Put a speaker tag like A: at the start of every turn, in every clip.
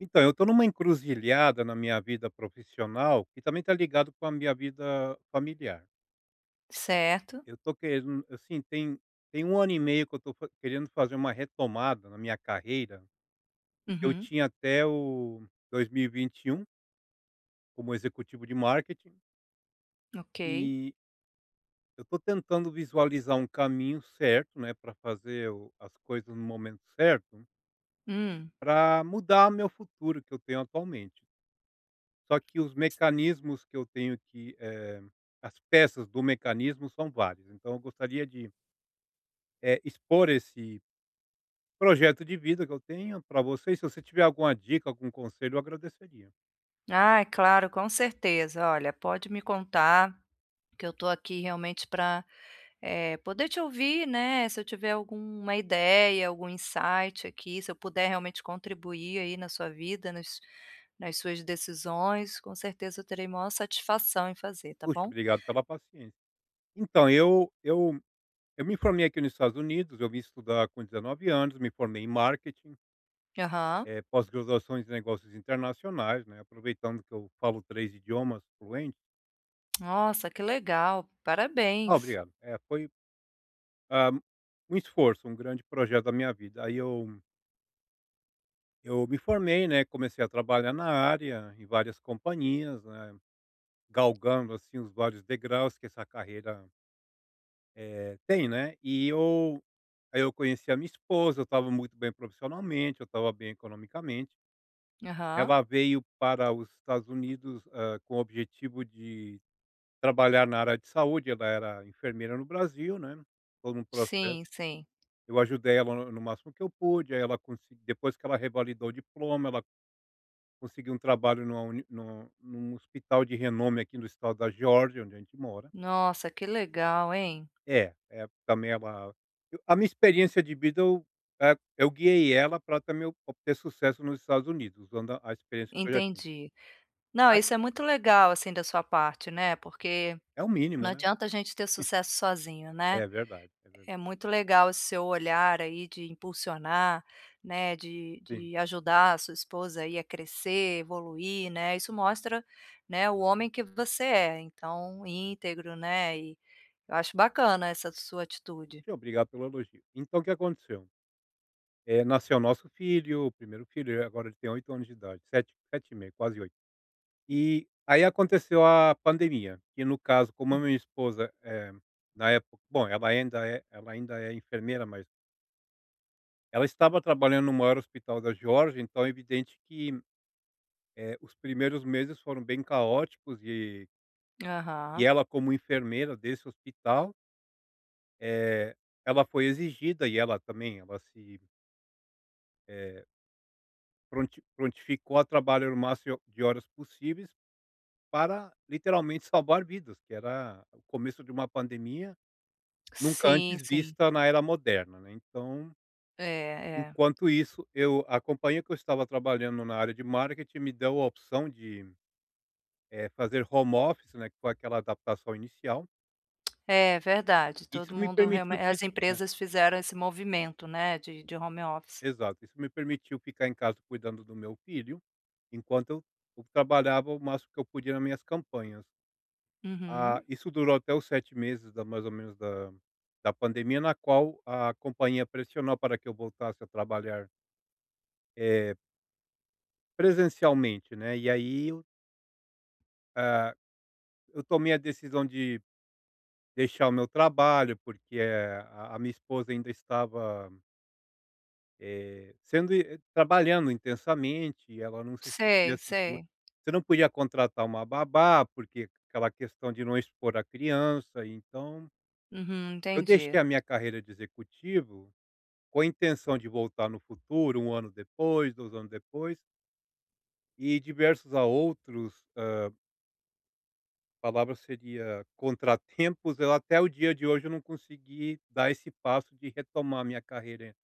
A: Então, eu estou numa encruzilhada na minha vida profissional e também está ligado com a minha vida familiar.
B: Certo.
A: Eu estou querendo, assim, tem um ano e meio que eu estou querendo fazer uma retomada na minha carreira. Eu
B: Uhum.
A: tinha até o 2021 como executivo de marketing
B: Ok.
A: e eu estou tentando visualizar um caminho certo, né, para fazer as coisas no momento certo,
B: Hum.
A: para mudar meu futuro que eu tenho atualmente. Só que os mecanismos que eu tenho que, as peças do mecanismo são várias. Então eu gostaria de, expor esse projeto de vida que eu tenho para vocês, se você tiver alguma dica, algum conselho, eu agradeceria.
B: Ah, é claro, com certeza. Olha, pode me contar, que eu estou aqui realmente para, poder te ouvir, né? Se eu tiver alguma ideia, algum insight aqui, se eu puder realmente contribuir aí na sua vida, nas suas decisões, com certeza eu terei maior satisfação em fazer, tá
A: Puxa,
B: bom?
A: obrigado pela paciência. Então eu me formei aqui nos Estados Unidos, eu vim estudar com 19 anos, me formei em marketing,
B: Aham.
A: pós-graduação em negócios internacionais, né, aproveitando que eu falo 3 idiomas fluentes.
B: Nossa, que legal,
A: Ah,
B: parabéns.
A: obrigado. É, foi Ah, um esforço, um grande projeto da minha vida. Aí eu me formei, né, comecei a trabalhar na área, em várias companhias, né, galgando, assim, os vários degraus que essa carreira, tem, né. E eu aí eu conheci a minha esposa, eu estava muito bem profissionalmente, eu estava bem economicamente.
B: Aham.
A: Ela veio para os Estados Unidos, com o objetivo de trabalhar na área de saúde, ela era enfermeira no Brasil, né, todo um processo.
B: Sim, sim.
A: Eu ajudei ela no máximo que eu pude. Aí ela consegui depois que ela revalidou o diploma, ela conseguiu um trabalho numa uni num num hospital de renome aqui no estado da Geórgia, onde a gente mora.
B: Nossa, que legal, hein.
A: É, é, também ela eu, a minha experiência de vida, eu guiei ela para também eu obter sucesso nos Estados Unidos, usando a experiência que eu já tinha.
B: Entendi. Não,
A: Ai,
B: isso é muito legal, assim, da sua parte, né, porque
A: é o
B: não
A: mínimo, né.
B: adianta a gente ter sucesso sozinho,
A: É
B: né.
A: verdade, é verdade.
B: É muito legal esse seu olhar aí de impulsionar, né, de
A: Sim.
B: de ajudar a sua esposa aí a crescer, evoluir, né, isso mostra, né, o homem que você é, então íntegro, né, e eu acho bacana essa sua atitude.
A: Te obrigado pelo elogio. Então o que aconteceu? Nasceu nosso filho, o 1º filho. Agora ele tem 8 anos de idade, 7, 7 e meio, quase 8. E aí aconteceu a pandemia, que no caso, como a minha esposa, na época, bom, ela ainda é enfermeira, mas ela estava trabalhando no maior hospital da Geórgia, então é evidente que, os primeiros meses foram bem caóticos. E
B: Aham.
A: ela, como enfermeira desse hospital, eh, ela foi exigida. E ela também, ela se, eh, prontificou a trabalhar o máximo de horas possíveis para literalmente salvar vidas, que era o começo de uma pandemia nunca
B: Sim,
A: antes
B: sim.
A: vista na era moderna, né. Então,
B: É, é.
A: enquanto isso, eu a companhia que eu estava trabalhando na área de marketing me deu a opção de, fazer home office, né, que foi aquela adaptação inicial.
B: É verdade,
A: Isso
B: todo
A: me
B: mundo
A: permitiu
B: realme
A: cui
B: as
A: né,
B: empresas fizeram esse movimento, né, de home office.
A: exato. Isso me permitiu ficar em casa cuidando do meu filho, enquanto eu trabalhava o máximo que eu podia nas minhas campanhas. Ah,
B: Uhum.
A: isso durou até os 7 meses, da mais ou menos, da pandemia, na qual a companhia pressionou para que eu voltasse a trabalhar, eh presencialmente, né. E aí ah, eu tomei a decisão de deixar o meu trabalho, porque, a minha esposa ainda estava, sendo e trabalhando intensamente, e ela não se sentia
B: Sei,
A: segura.
B: sei.
A: Você não podia contratar uma babá, porque aquela questão de não expor a criança. Então
B: Uhum,
A: eu
B: entendi,
A: deixei a minha carreira de executivo com a intenção de voltar no futuro, um ano depois, 2 anos depois, e diversos a outros, palavra seria, contratempos. Eu, até o dia de hoje, eu não consegui dar esse passo de retomar minha carreira.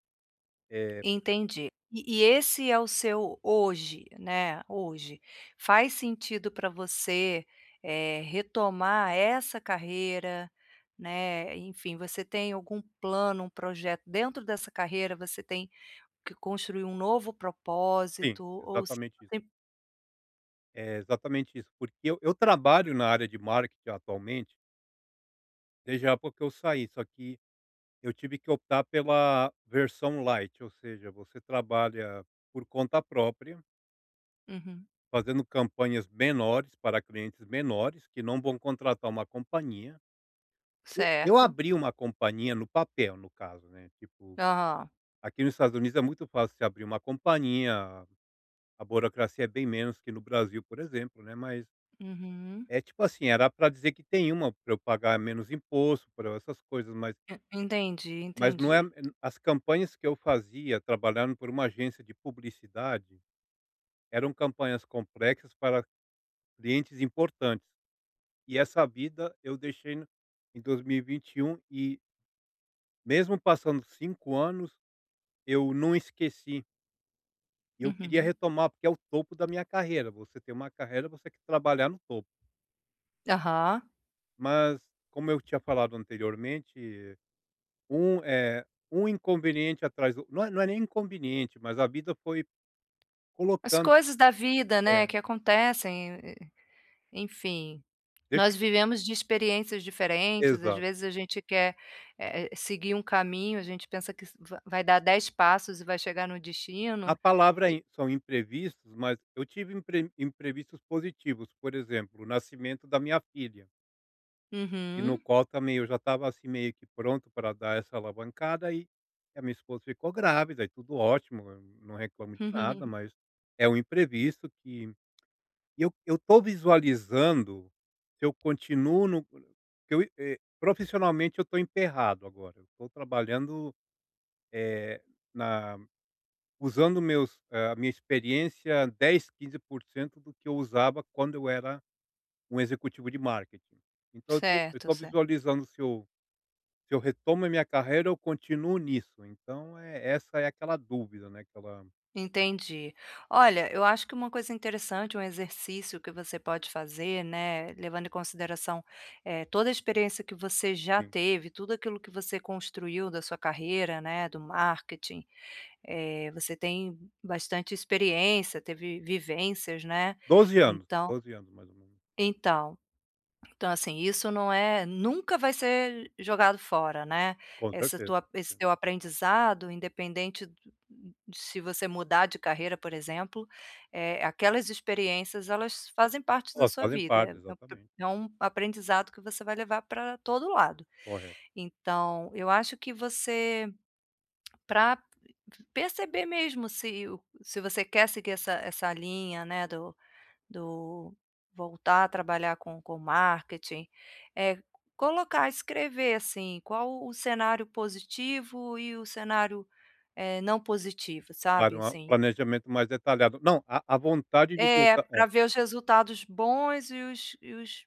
A: É.
B: entendi. E esse é o seu hoje, né, hoje. Faz sentido para você, retomar essa carreira, né? Enfim, você tem algum plano, um projeto dentro dessa carreira, você tem que construir um novo
A: Sim,
B: propósito ou se
A: exatamente isso.
B: tem
A: É exatamente isso, porque eu trabalho na área de marketing atualmente, desde a época que eu saí. Só que eu tive que optar pela versão light, ou seja, você trabalha por conta própria,
B: uhum.
A: fazendo campanhas menores para clientes menores que não vão contratar uma companhia. E eu
B: Certo.
A: abri uma companhia no papel, no caso, né, tipo.
B: Aham.
A: Aqui nos Estados Unidos é muito fácil se abrir uma companhia, a burocracia é bem menos que no Brasil, por exemplo, né, mas
B: Uhum.
A: é tipo assim, era para dizer que tem uma para eu pagar menos imposto, para essas coisas, mas
B: E entendi,
A: não é.
B: entendi.
A: As campanhas que eu fazia trabalhando por uma agência de publicidade eram campanhas complexas para clientes importantes. E essa vida eu deixei no em 2021 e vinte e um, e mesmo passando 5 anos, eu não esqueci. E eu queria
B: Uhum.
A: retomar, porque é o topo da minha carreira. Você tem uma carreira, você tem que trabalhar no topo.
B: Aham.
A: Mas, como eu tinha falado anteriormente, um, é um inconveniente atrás do, não é, não é nem inconveniente, mas a vida foi
B: As
A: colocando.
B: coisas da vida, né,
A: É,
B: que acontecem, e enfim,
A: deixa
B: nós
A: eu te...
B: vivemos de experiências diferentes, às
A: Exato.
B: vezes a gente quer, seguir um caminho, a gente pensa que va vai dar 10 passos e vai chegar no
A: A
B: destino
A: palavra
B: e
A: in são imprevistos, mas eu tive imprevistos positivos, por exemplo, o nascimento da minha filha. E no
B: uhum.
A: qual também eu já estava, assim, meio que pronto para dar essa alavancada, e a minha esposa ficou grávida, e tudo ótimo, eu não reclamo de nada, mas é um imprevisto que. E eu tô visualizando, se eu continuo no que profissionalmente eu estou emperrado agora. Eu estou trabalhando, eh, na usando meus eh, a minha experiência 10, 15% do que eu usava quando eu era um executivo de marketing. Então eu
B: Certo,
A: estou
B: certo.
A: visualizando, se eu retomo a minha carreira, eu continuo nisso? Então é essa é aquela dúvida, né, aquela.
B: Entendi. Olha, eu acho que uma coisa interessante, um exercício que você pode fazer, né, levando em consideração, toda a experiência que você já
A: Sim.
B: teve, tudo aquilo que você construiu da sua carreira, né, do marketing. Você tem bastante experiência, teve vivências, né?
A: 12 anos,
B: então
A: 12 anos, mais ou menos.
B: então então, assim, isso não é nunca vai ser jogado fora, né?
A: Com
B: Essa
A: certeza,
B: tua esse
A: sim.
B: teu aprendizado, independente do- se você mudar de carreira, por exemplo, aquelas experiências, elas fazem parte da
A: Elas
B: sua
A: fazem parte,
B: vida, é é
A: exatamente,
B: é um aprendizado que você vai levar para todo lado.
A: correto.
B: Então eu acho que você para perceber mesmo se você quer seguir essa linha, né, do voltar a trabalhar com marketing, é colocar, escrever, assim, qual o cenário positivo e o cenário, não positivo,
A: Claro,
B: sabe,
A: é um
B: assim.
A: planejamento mais detalhado. Não, a vontade de
B: É,
A: voltar é,
B: para ver os resultados bons e os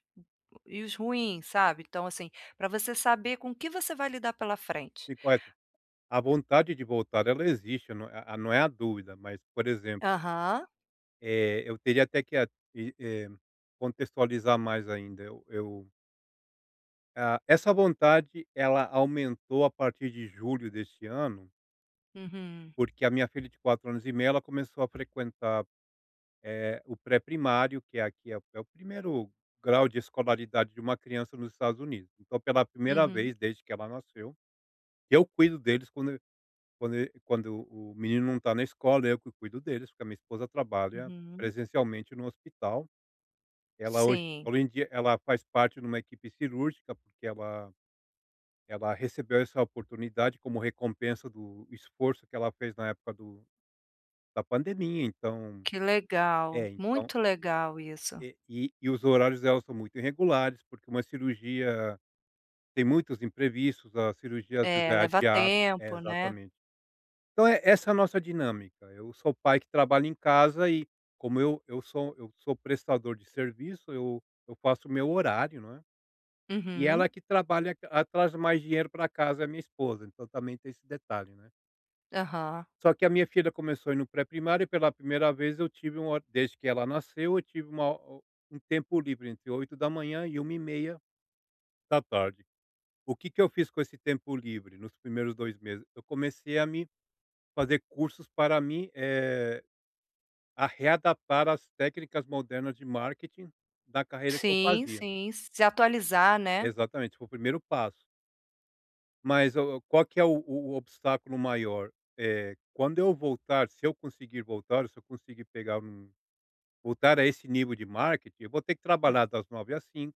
B: e os ruins, sabe. Então, assim, para você saber com o que você vai lidar pela frente.
A: sim, correto. A vontade de voltar ela existe, não é a, dúvida, mas, por exemplo,
B: Aham.
A: eu teria até que e, eh, contextualizar mais ainda. Essa vontade ela aumentou a partir de julho deste ano.
B: Uhum.
A: Porque a minha filha, de 4 anos e meio, ela começou a frequentar, o pré-primário, que aqui é o primeiro grau de escolaridade de uma criança nos Estados Unidos. Então, pela primeira
B: Uhum.
A: vez desde que ela nasceu, eu cuido deles quando quando o menino não está na escola. Eu que cuido deles, porque a minha esposa trabalha
B: Uhum.
A: presencialmente no hospital. Ela hoje
B: Sim.
A: hoje em dia ela faz parte de uma equipe cirúrgica, porque ela recebeu essa oportunidade como recompensa do esforço que ela fez na época do da pandemia, então.
B: Que legal,
A: É, então,
B: muito legal isso.
A: e os horários dela são muito irregulares, porque uma cirurgia tem muitos imprevistos, a cirurgia às vezes
B: É,
A: é
B: leva
A: adiada. É,
B: tempo, né.
A: exatamente. Então é essa é a nossa dinâmica. Eu sou pai que trabalha em casa, e como eu sou prestador de serviço, eu faço o meu horário, não é. E ela
B: Uhum.
A: que trabalha, a traz mais dinheiro para casa, é a minha esposa, então também tem esse detalhe, né.
B: Aham.
A: Só que a minha filha começou a ir no pré-primário, e pela primeira vez eu tive um hor desde que ela nasceu, eu tive uma ho um tempo livre entre 8h da manhã e 1h30 da tarde. O que que eu fiz com esse tempo livre nos primeiros 2 meses? Eu comecei a me fazer cursos para a readaptar às técnicas modernas de marketing da carreira que eu
B: Sim,
A: fazia.
B: sim, se atualizar, né.
A: Exatamente, foi o primeiro passo. Mas o qual que é o obstáculo maior? É quando eu voltar, se eu conseguir voltar, se eu conseguir pegar um... Voltar a esse nível de marketing, eu vou ter que trabalhar das 9 às 5,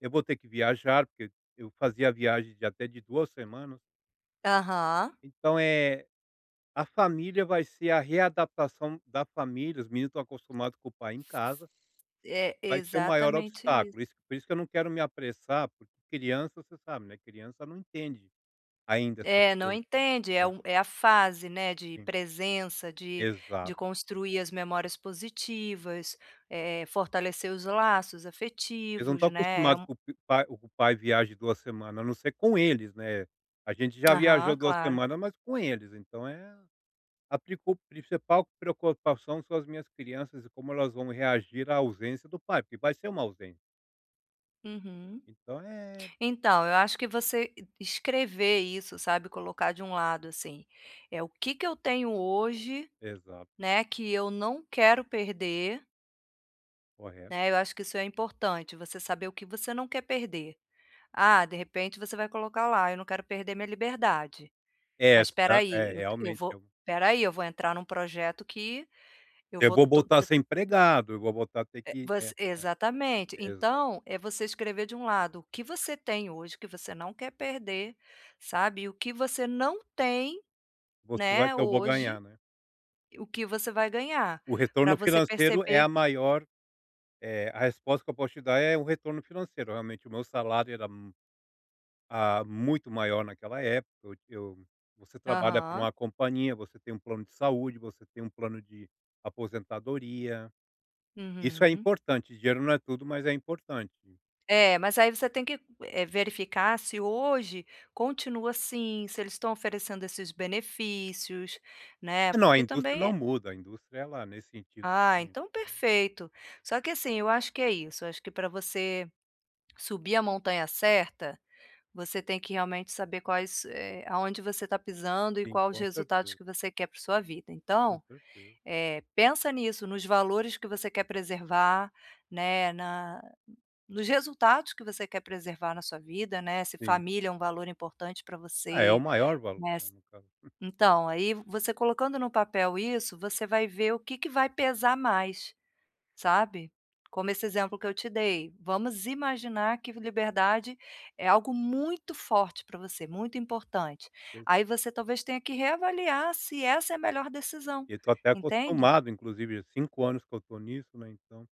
A: eu vou ter que viajar, porque eu fazia viagem de até de 2 semanas.
B: Aham.
A: Então, é a família, vai ser a readaptação da família, os meninos estão acostumados com o pai em casa,
B: É
A: vai ser o maior
B: exatamente isso.
A: obstáculo. Isso por isso que eu não quero me apressar, porque criança, você sabe, né, criança não entende ainda essas
B: É, não
A: coisas.
B: entende, é
A: É,
B: um é a fase, né, de
A: sim.
B: presença, de
A: Exato.
B: construir as memórias positivas, fortalecer os laços
A: Eles não
B: afetivos,
A: estão
B: né, é
A: acostumados
B: um
A: com o pai viaje 2 semanas, a não ser com eles, né. A gente já
B: aham,
A: viajou 2
B: claro.
A: semanas, mas com eles, então é a pricu principal preocupação são as minhas crianças e como elas vão reagir à ausência do pai, porque vai ser uma ausência.
B: Uhum.
A: Então é,
B: Então, eu acho que você escrever isso, sabe, colocar de um lado, assim, é o que que eu tenho hoje,
A: exato,
B: né, que eu não quero perder,
A: correto.
B: né? Eu acho que isso é importante, você saber o que você não quer perder. Ah, de repente você vai colocar lá, eu não quero perder minha liberdade.
A: É,
B: Mas
A: se
B: espera
A: dá
B: aí,
A: é,
B: eu
A: realmente,
B: vou,
A: eu
B: espera aí, eu vou entrar num projeto que eu
A: eu
B: vou
A: vou
B: to-
A: voltar a ser empregado, eu vou voltar a ter
B: É,
A: que é,
B: você exatamente.
A: exato.
B: Então, é você escrever de um lado o que você tem hoje, que você não quer perder, sabe, e o que você não tem,
A: Você vai,
B: né,
A: que eu vou
B: hoje,
A: ganhar, né.
B: o que você vai ganhar,
A: O
B: para
A: retorno
B: você
A: financeiro é
B: perceber
A: a maior... A resposta que eu posso te dar é um retorno financeiro. Realmente, o meu salário era, muito maior naquela época. Eu Você trabalha para uma
B: aham,
A: companhia, você tem um plano de saúde, você tem um plano de aposentadoria. Isso é
B: uhum.
A: importante. Dinheiro não é tudo, mas é importante.
B: É, mas aí você tem que, verificar se hoje continua assim, se eles estão oferecendo esses benefícios, né,
A: Ah, não, a
B: porque
A: indústria não
B: também
A: muda. A indústria ela, nesse sentido,
B: ah,
A: sim.
B: então
A: É,
B: perfeito. Só que assim, eu acho que é isso. Eu acho que para você subir a montanha certa você tem que realmente saber quais, aonde você está pisando e
A: sim,
B: quais os
A: com
B: resultados
A: certeza,
B: que você quer para sua vida.
A: com
B: Então,
A: certeza.
B: pensa nisso, nos valores que você quer preservar, né, na nos resultados que você quer preservar na sua vida, né, se
A: Sim.
B: família é um valor importante para
A: Ah, é o
B: você,
A: maior valor,
B: né,
A: né,
B: s
A: no caso.
B: então, aí você colocando no papel isso, você vai ver o que que vai pesar mais. Sabe? Como esse exemplo que eu te dei, vamos imaginar que liberdade é algo muito forte para você, muito importante.
A: Eu
B: Aí você talvez tenha que reavaliar se essa é a melhor decisão,
A: eu tô até
B: entende?
A: acostumado, inclusive, há 5 anos que eu estou nisso, né, então.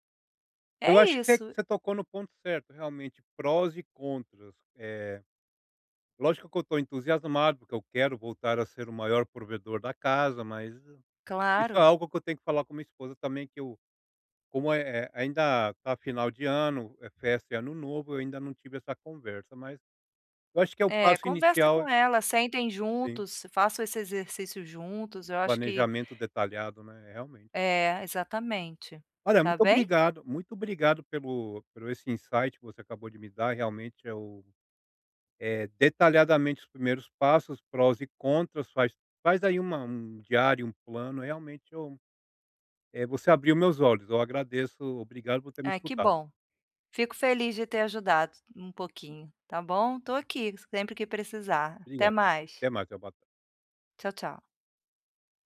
A: Eu
B: É
A: acho que você
B: isso,
A: você tocou no ponto certo, realmente, prós e contras. Lógico que eu estou entusiasmado, porque eu quero voltar a ser o maior provedor da casa, mas isso é
B: claro.
A: algo que eu tenho que falar com minha esposa também, que eu como é ainda está final de ano, é festa e ano novo, eu ainda não tive essa conversa, mas eu acho que é o
B: É,
A: passo
B: conversa
A: inicial, é,
B: com ela, sentem
A: sim,
B: juntos, façam esse exercício juntos, eu acho que
A: planejamento detalhado, né, realmente.
B: é, exatamente.
A: Olha,
B: Tá bem?
A: muito obrigado pelo esse insight que você acabou de me dar, realmente é o... Detalhadamente os primeiros passos, prós e contras, faz aí uma um diário, um plano, realmente você abriu meus olhos, eu agradeço, obrigado por ter me
B: Ai, que
A: escutado.
B: bom. Fico feliz de ter ajudado um pouquinho, tá bom? Tô aqui sempre que precisar. Até
A: Obrigado.
B: mais.
A: Até mais, até uma
B: Tchau, tchau.